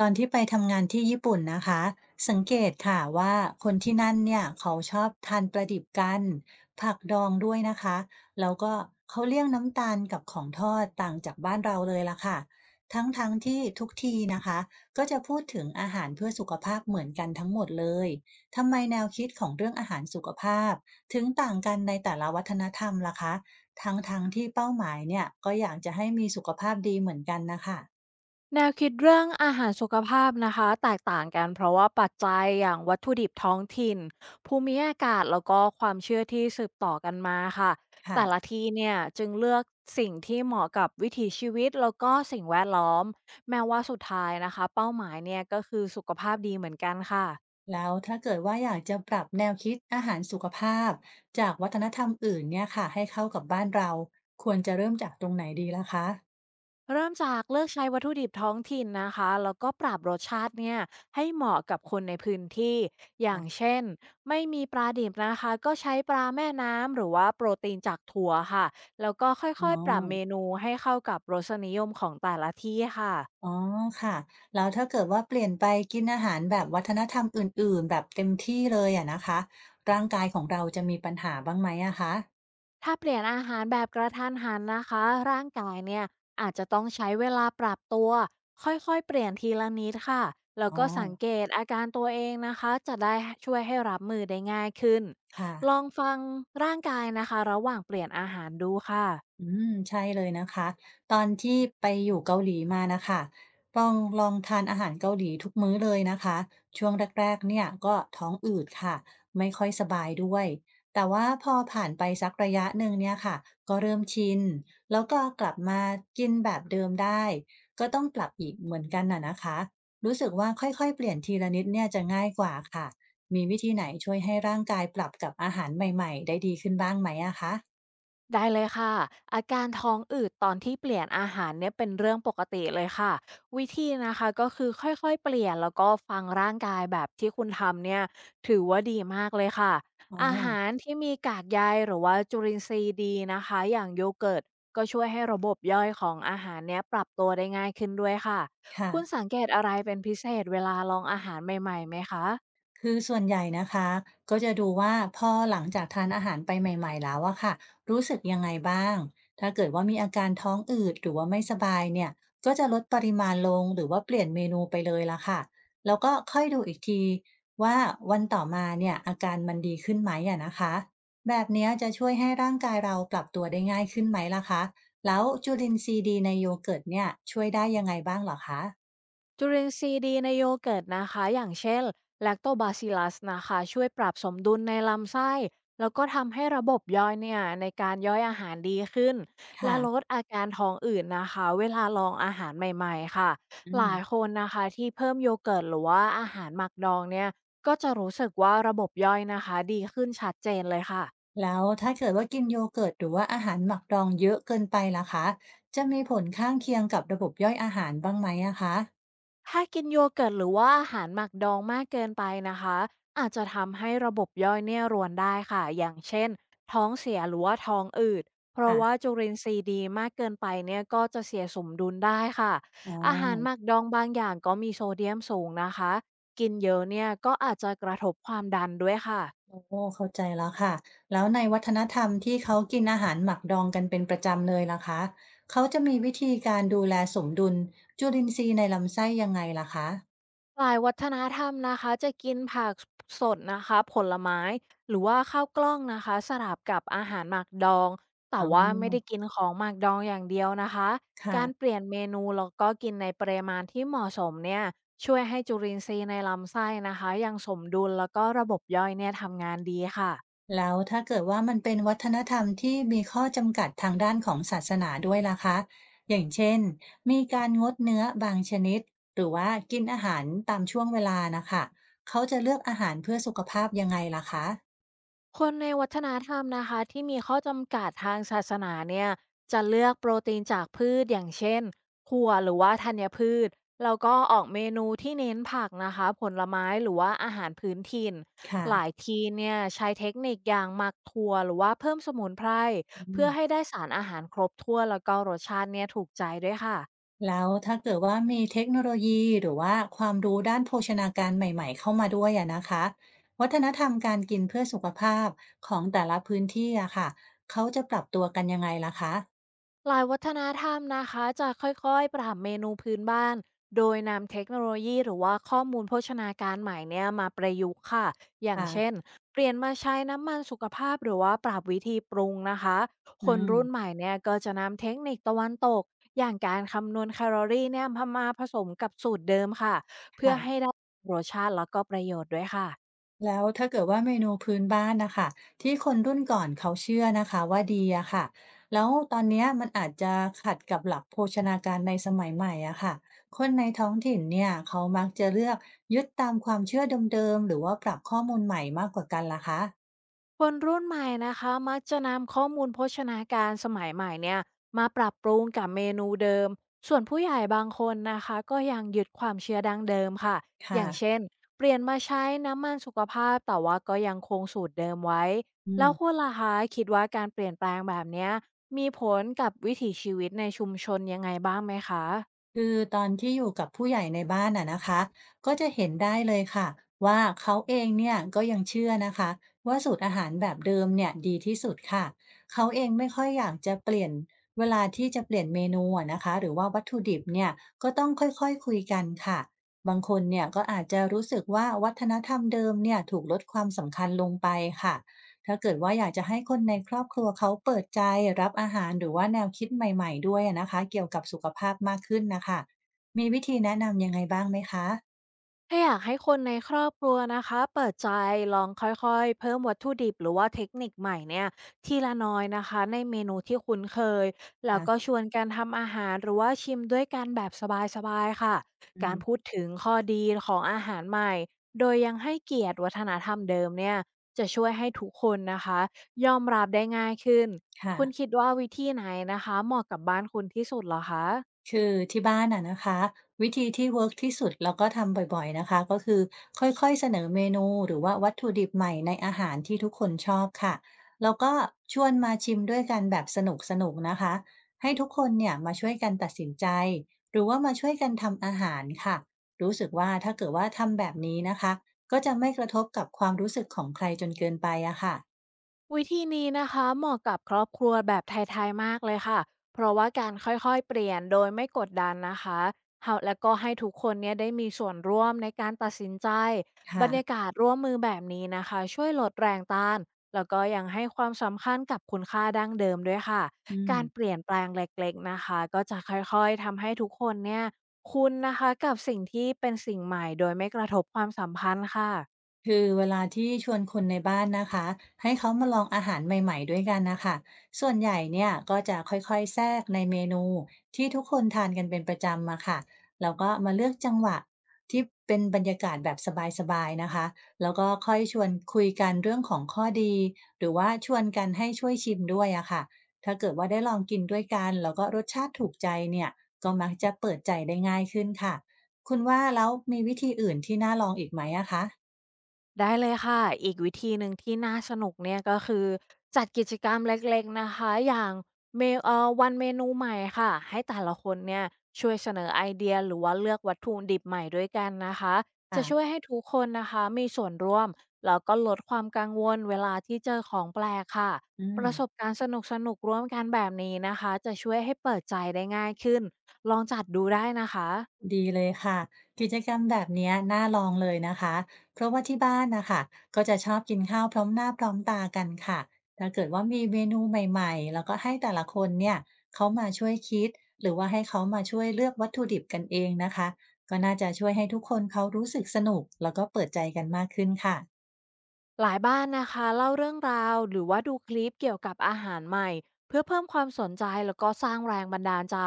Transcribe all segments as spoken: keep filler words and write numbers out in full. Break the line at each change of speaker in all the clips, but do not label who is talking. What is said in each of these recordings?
ตอนที่ไปทำงานที่ญี่ปุ่นนะคะสังเกตค่ะว่าคนที่นั่นเนี่ยเขาชอบทานปลาดิบกันผักดองด้วยนะคะแล้วก็เขาเลี่ยงน้ำตาลกับของทอดต่างจากบ้านเราเลยละค่ะทั้งๆทที่ทุกทีนะคะก็จะพูดถึงอาหารเพื่อสุขภาพเหมือนกันทั้งหมดเลยทำไมแนวคิดของเรื่องอาหารสุขภาพถึงต่างกันในแต่ละวัฒนธรรมล่ะคะทั้งๆทที่เป้าหมายเนี่ยก็อยากจะให้มีสุขภาพดีเหมือนกันนะคะ
แนวคิดเรื่องอาหารสุขภาพนะคะแตกต่างกันเพราะว่าปัจจัยอย่างวัตถุดิบท้องถิ่นภูมิอากาศแล้วก็ความเชื่อที่สืบต่อกันมาค่ะ
ค่ะ
แต่ละที่เนี่ยจึงเลือกสิ่งที่เหมาะกับวิถีชีวิตแล้วก็สิ่งแวดล้อมแม้ว่าสุดท้ายนะคะเป้าหมายเนี่ยก็คือสุขภาพดีเหมือนกันค่ะ
แล้วถ้าเกิดว่าอยากจะปรับแนวคิดอาหารสุขภาพจากวัฒนธรรมอื่นเนี่ยค่ะให้เข้ากับบ้านเราควรจะเริ่มจากตรงไหนดีล่ะคะ
เริ่มจากเลือกใช้วัตถุดิบท้องถิ่นนะคะ แล้วก็ปรับรสชาติเนี่ยให้เหมาะกับคนในพื้นที่ อย่าง
ค่ะ
เช่นไม่มีปลาดิบนะคะ ก็ใช้ปลาแม่น้ำหรือว่าโปรตีนจากถั่วค่ะ แล้วก็ค่
อ๋
อ
อ
ยๆปรับเมนูให้เข้ากับรสนิยมของแต่ละที่ค่ะ
อ๋อค่ะแล้วถ้าเกิดว่าเปลี่ยนไปกินอาหารแบบวัฒนธรรมอื่นๆแบบเต็มที่เลยอะนะคะร่างกายของเราจะมีปัญหาบ้างไหมอะคะ
ถ้าเปลี่ยนอาหารแบบกระทันหันนะคะร่างกายเนี่ยอาจจะต้องใช้เวลาปรับตัวค่อยๆเปลี่ยนทีละนิดค่ะแล้
อ๋
ว
อ
ก็สังเกตอาการตัวเองนะคะจะได้ช่วยให้รับมือได้ง่ายขึ้น
ค่ะ
ลองฟังร่างกายนะคะระหว่างเปลี่ยนอาหารดูค่ะ
อืมใช่เลยนะคะตอนที่ไปอยู่เกาหลีมานะค่ะต้องลองทานอาหารเกาหลีทุกมื้อเลยนะคะช่วงแรกๆเนี่ยก็ท้องอืดค่ะไม่ค่อยสบายด้วยแต่ว่าพอผ่านไปสักระยะหนึ่งเนี่ยค่ะก็เริ่มชินแล้วก็กลับมากินแบบเดิมได้ก็ต้องปรับอีกเหมือนกันน่ะนะคะรู้สึกว่าค่อยๆเปลี่ยนทีละนิดเนี่ยจะง่ายกว่าค่ะมีวิธีไหนช่วยให้ร่างกายปรับกับอาหารใหม่ๆได้ดีขึ้นบ้างไหมอะคะ
ได้เลยค่ะอาการท้องอืดตอนที่เปลี่ยนอาหารเนี่ยเป็นเรื่องปกติเลยค่ะวิธีนะคะก็คือค่อยๆเปลี่ยนแล้วก็ฟังร่างกายแบบที่คุณทำเนี่ยถือว่าดีมากเลยค่ะ
อ๋อ
อาหารที่มีกากใยหรือว่าจุลินทรีย์ดีนะคะอย่างโยเกิร์ตก็ช่วยให้ระบบย่อยของอาหารเนี้ยปรับตัวได้ง่ายขึ้นด้วยค่ะ
ค่ะ
คุณสังเกตอะไรเป็นพิเศษเวลาลองอาหารใหม่ๆไหมคะ
คือส่วนใหญ่นะคะก็จะดูว่าพอหลังจากทานอาหารไปใหม่ๆแล้วอะค่ะรู้สึกยังไงบ้างถ้าเกิดว่ามีอาการท้องอืดหรือว่าไม่สบายเนี่ยก็จะลดปริมาณลงหรือว่าเปลี่ยนเมนูไปเลยละค่ะแล้วก็ค่อยดูอีกทีว่าวันต่อมาเนี่ยอาการมันดีขึ้นไหมอะนะคะแบบเนี้ยจะช่วยให้ร่างกายเราปรับตัวได้ง่ายขึ้นไหมล่ะคะแล้วจุลินทรีย์ดีในโยเกิร์ตเนี่ยช่วยได้ยังไงบ้างเหรอคะ
จุลินทรีย์ดีในโยเกิร์ตนะคะอย่างเช่นแลคโต บี เอ ซี ไอ แอล แอล ยู เอส นะคะช่วยปรับสมดุลในลำไส้แล้วก็ทำให้ระบบย่อยเนี่ยในการย่อยอาหารดีขึ้นและ
ค่ะ
ลดอาการท้องอืดนนะคะเวลาลองอาหารใหม่ๆค่ะ
อื
หลาย
ม
คนนะคะที่เพิ่มโยเกิร์ตหรือว่าอาหารหมักดองเนี่ยก็จะรู้สึกว่าระบบย่อยนะคะดีขึ้นชัดเจนเลยค่ะ
แล้วถ้าเกิดว่ากินโยเกิร์ตหรือว่าอาหารหมักดองเยอะเกินไปล่ะคะจะมีผลข้างเคียงกับระบบย่อยอาหารบ้างไหมอะคะ
ถ้ากินโยเกิร์ตหรือว่าอาหารหมักดองมากเกินไปนะคะอาจจะทำให้ระบบย่อยเนี่ยรวนได้ค่ะอย่างเช่นท้องเสียหรือว่าท้องอืดเพราะ
ค่ะ
ว่าจุลินทรีย์ดีมากเกินไปเนี่ยก็จะเสียสมดุลได้ค่ะ
อ๋อ
อาหารหมักดองบางอย่างก็มีโซเดียมสูงนะคะกินเยอะเนี่ยก็อาจจะกระทบความดันด้วยค่ะ
โอ้เข้าใจแล้วค่ะแล้วในวัฒนธรรมที่เขากินอาหารหมักดองกันเป็นประจำเลยล่ะคะเขาจะมีวิธีการดูแลสมดุลจุลินทรีย์ในลำไส้ยังไงล่ะคะ
หลายวัฒนธรรมนะคะจะกินผักสดนะคะผลไม้หรือว่าข้าวกล้องนะคะสลับกับอาหารหมักดองแต่
อ๋
ว่า
อ
ไม่ได้กินของหมักดองอย่างเดียวนะคะการเป
ค่ะ
ลี่ยนเมนูแล้วก็กินในปริมาณที่เหมาะสมเนี่ยช่วยให้จุลินทรีย์ในลำไส้นะคะยังสมดุลแล้วก็ระบบย่อยเนี่ยทำงานดีค่ะ
แล้วถ้าเกิดว่ามันเป็นวัฒนธรรมที่มีข้อจำกัดทางด้านของศาสนาด้วยล่ะคะอย่างเช่นมีการงดเนื้อบางชนิดหรือว่ากินอาหารตามช่วงเวลานะคะเขาจะเลือกอาหารเพื่อสุขภาพยังไงล่ะคะ
คนในวัฒนธรรมนะคะที่มีข้อจำกัดทางศาสนาเนี่ยจะเลือกโปรตีนจากพืชอย่างเช่นถั่วหรือว่าธัญพืชแล้วก็ออกเมนูที่เน้นผักนะคะผลไม้หรือว่าอาหารพื้นถิ่น
ค่ะ
หลายทีเนี่ยใช้เทคนิคอย่างหมักถั่วหรือว่าเพิ่มสมุนไพร
อื
เพื่
ม
อให้ได้สารอาหารครบถ้วนแล้วก็รสชาติเนี่ยถูกใจด้วยค่ะ
แล้วถ้าเกิดว่ามีเทคโนโลยีหรือว่าความรู้ด้านโภชนาการใหม่ๆเข้ามาด้วยอะนะคะวัฒนธรรมการกินเพื่อสุขภาพของแต่ละพื้นที่อะค่ะเขาจะปรับตัวกันยังไงล่ะคะ
หลายวัฒนธรรมนะคะจะค่อยๆปรับเมนูพื้นบ้านโดยนำเทคโนโลยีหรือว่าข้อมูลโภชนาการใหม่เนี่ยมาประยุกต์ค่ะอย่าง
ค่ะ
เช่นเปลี่ยนมาใช้น้ำมันสุขภาพหรือว่าปรับวิธีปรุงนะคะ
อื
คนรุ่นให
ม
ม่เนี่ยก็จะนำเทคนิคตะวันตกอย่างการคำนวณแคลอรี่เนี่ยมาผสมกับสูตรเดิมค่ะเพื่อ
ค่ะ
ให้ได้รสชาติแล้วก็ประโยชน์ด้วยค่ะ
แล้วถ้าเกิดว่าเมนูพื้นบ้านนะคะที่คนรุ่นก่อนเขาเชื่อนะคะว่าดีอะค่ะแล้วตอนเนี้ยมันอาจจะขัดกับหลักโภชนาการในสมัยใหม่อะค่ะคนในท้องถิ่นเนี่ยเขามักจะเลือกยึดตามความเชื่อเดิมๆหรือว่าปรับข้อมูลใหม่มากกว่ากันล่ะคะ
คนรุ่นใหม่นะคะมักจะนำข้อมูลโภชนาการสมัยใหม่เนี่ยมาปรับปรุงกับเมนูเดิมส่วนผู้ใหญ่บางคนนะคะก็ยังยึดความเชื่อดั้งเดิมค่ะอย่าง
ค่ะ
เช่นเปลี่ยนมาใช้น้ำมันสุขภาพแต่ว่าก็ยังคงสูตรเดิมไว้
อืม
แล้วคุณล่ะคะคิดว่าการเปลี่ยนแปลงแบบเนี้ยมีผลกับวิถีชีวิตในชุมชนยังไงบ้างไหมคะ
คือตอนที่อยู่กับผู้ใหญ่ในบ้านอะนะคะก็จะเห็นได้เลยค่ะว่าเขาเองเนี่ยก็ยังเชื่อนะคะว่าสูตรอาหารแบบเดิมเนี่ยดีที่สุดค่ะเขาเองไม่ค่อยอยากจะเปลี่ยนเวลาที่จะเปลี่ยนเมนูอะนะคะหรือว่าวัตถุดิบเนี่ยก็ต้องค่อยๆคุยกันค่ะบางคนเนี่ยก็อาจจะรู้สึกว่าวัฒนธรรมเดิมเนี่ยถูกลดความสำคัญลงไปค่ะ ถ้าเกิดว่าอยากจะให้คนในครอบครัวเขาเปิดใจรับอาหารหรือว่าแนวคิดใหม่ๆด้วยอะนะคะเกี่ยวกับสุขภาพมากขึ้นน่ะค่ะมีวิธีแนะนำยังไงบ้างไหมคะ
ถ้าอยากให้คนในครอบครัวนะคะเปิดใจลองค่อยๆเพิ่มวัตถุดิบหรือว่าเทคนิคใหม่เนี่ยทีละน้อยนะคะในเมนูที่คุ้นเคยแล้วก็
ค่ะ
ชวนการทำอาหารหรือว่าชิมด้วยกันแบบสบายๆค่ะ
อื
การพู
ม
ดถึงข้อดีของอาหารใหม่โดยยังให้เกียรติวัฒนธรรมเดิมเนี่ยจะช่วยให้ทุกคนนะคะยอมรับได้ง่ายขึ้นคุณ
ค่ะ
คิดว่าวิธีไหนนะคะเหมาะกับบ้านคุณที่สุดเหรอคะ
คือที่บ้านอะนะคะวิธีที่เวิร์กที่สุดแล้วก็ทำบ่อยๆนะคะก็คือค่อยๆเสนอเมนูหรือว่าวัตถุดิบใหม่ในอาหารที่ทุกคนชอบค่ะแล้วก็ชวนมาชิมด้วยกันแบบสนุกๆนะคะให้ทุกคนเนี่ยมาช่วยกันตัดสินใจหรือว่ามาช่วยกันทำอาหารค่ะรู้สึกว่าถ้าเกิดว่าทำแบบนี้นะคะก็จะไม่กระทบกับความรู้สึกของใครจนเกินไปอะค่ะ
วิธีนี้นะคะเหมาะกับครอบครัวแบบไทยๆมากเลยค่ะเพราะว่าการค่อยๆเปลี่ยนโดยไม่กดดันนะคะเฮาแล้วก็ให้ทุกคนเนี่ยได้มีส่วนร่วมในการตัดสินใจ บร
ค่ะ
รยากาศร่วมมือแบบนี้นะคะช่วยลดแรงต้านแล้วก็ยังให้ความสำคัญกับคุณค่าดั้งเดิมด้วยค่ะ
อื
การเป
ม
ลี่ยนแปลงเล็กๆนะคะก็จะค่อยๆทำให้ทุกคนเนี่ยคุ้นนะคะกับสิ่งที่เป็นสิ่งใหม่โดยไม่กระทบความสัมพันธ์ค่ะ
คือเวลาที่ชวนคนในบ้านนะคะให้เขามาลองอาหารใหม่ๆด้วยกันนะคะส่วนใหญ่เนี่ยก็จะค่อยๆแทรกในเมนูที่ทุกคนทานกันเป็นประจำมาค่ะแล้วก็มาเลือกจังหวะที่เป็นบรรยากาศแบบสบายๆนะคะแล้วก็ค่อยชวนคุยกันเรื่องของข้อดีหรือว่าชวนกันให้ช่วยชิมด้วยอะค่ะถ้าเกิดว่าได้ลองกินด้วยกันแล้วก็รสชาติถูกใจเนี่ยก็มักจะเปิดใจได้ง่ายขึ้นค่ะคุณว่าแล้วมีวิธีอื่นที่น่าลองอีกไหมอะคะ
ได้เลยค่ะอีกวิธีหนึ่งที่น่าสนุกเนี่ยก็คือจัดกิจกรรมเล็กๆนะคะอย่างเมเอ่อวันเมนูใหม่ค่ะให้แต่ละคนเนี่ยช่วยเสนอไอเดียหรือว่าเลือกวัตถุดิบใหม่ด้วยกันนะคะจะช่ว
ค่ะ
ยให้ทุกคนนะคะมีส่วนร่วมแล้วก็ลดความกังวลเวลาที่เจอของแปลกค่ะ
อืม
ประสบการณ์สนุกๆร่วมกันแบบนี้นะคะจะช่วยให้เปิดใจได้ง่ายขึ้นลองจัดดูได้นะคะ
ดีเลยค่ะกิจกรรมแบบเนี้ยน่าลองเลยนะคะเพราะว่าที่บ้านนะคะก็จะชอบกินข้าวพร้อมหน้าพร้อมตากันค่ะถ้าเกิดว่ามีเมนูใหม่ๆแล้วก็ให้แต่ละคนเนี่ยเขามาช่วยคิดหรือว่าให้เขามาช่วยเลือกวัตถุดิบกันเองนะคะก็น่าจะช่วยให้ทุกคนเขารู้สึกสนุกแล้วก็เปิดใจกันมากขึ้นค่ะ
หลายบ้านนะคะเล่าเรื่องราวหรือว่าดูคลิปเกี่ยวกับอาหารใหม่เพื่อเพิ่มความสนใจแล้วก็สร้างแรงบันดาลใจ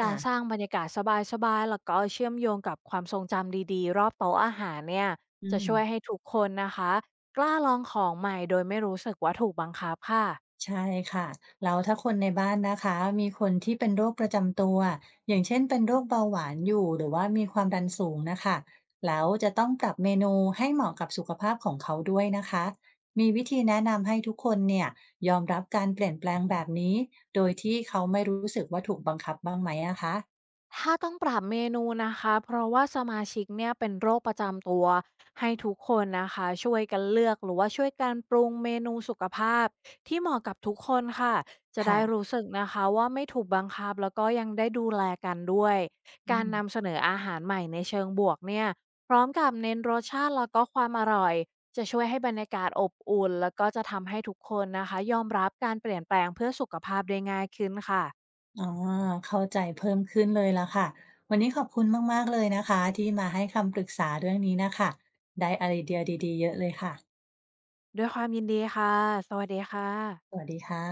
การส
ค่ะ
ร้างบรรยากาศสบายๆแล้วก็เชื่อมโยงกับความทรงจำดีๆรอบโต๊ะอาหารเนี่ย
อื
จะ
ม
ช่วยให้ทุกคนนะคะกล้าลองของใหม่โดยไม่รู้สึกว่าถูกบังคับค่ะ
ใช่ค่ะแล้วถ้าคนในบ้านนะคะมีคนที่เป็นโรคประจำตัวอย่างเช่นเป็นโรคเบาหวานอยู่หรือว่ามีความดันสูงนะคะแล้วจะต้องปรับเมนูให้เหมาะกับสุขภาพของเขาด้วยนะคะมีวิธีแนะนำให้ทุกคนเนี่ยยอมรับการเปลี่ยนแปลงแบบนี้โดยที่เขาไม่รู้สึกว่าถูกบังคับบ้างไหมอะคะ
ถ้าต้องปรับเมนูนะคะเพราะว่าสมาชิกเนี่ยเป็นโรคประจำตัวให้ทุกคนนะคะช่วยกันเลือกหรือว่าช่วยกันปรุงเมนูสุขภาพที่เหมาะกับทุกคนค่ะจะ
ค่ะ
ได้รู้สึกนะคะว่าไม่ถูกบังคับแล้วก็ยังได้ดูแลกันด้วย
อื
การ
ม
นำเสนออาหารใหม่ในเชิงบวกเนี่ยพร้อมกับเน้นรสชาติแล้วก็ความอร่อยจะช่วยให้บรรยากาศอบอุ่นแล้วก็จะทำให้ทุกคนนะคะยอมรับการเปลี่ยนแปลงเพื่อสุขภาพได้ง่ายขึ้นค่ะ
อ๋อเข้าใจเพิ่มขึ้นเลยละค่ะวันนี้ขอบคุณมากๆเลยนะคะที่มาให้คำปรึกษาเรื่องนี้นะคะได้ไอเดียดีๆเยอะเลยค่ะ
ด้วยความยินดีค่ะ สวัสดีค่ะ
สวัสดีค่ะ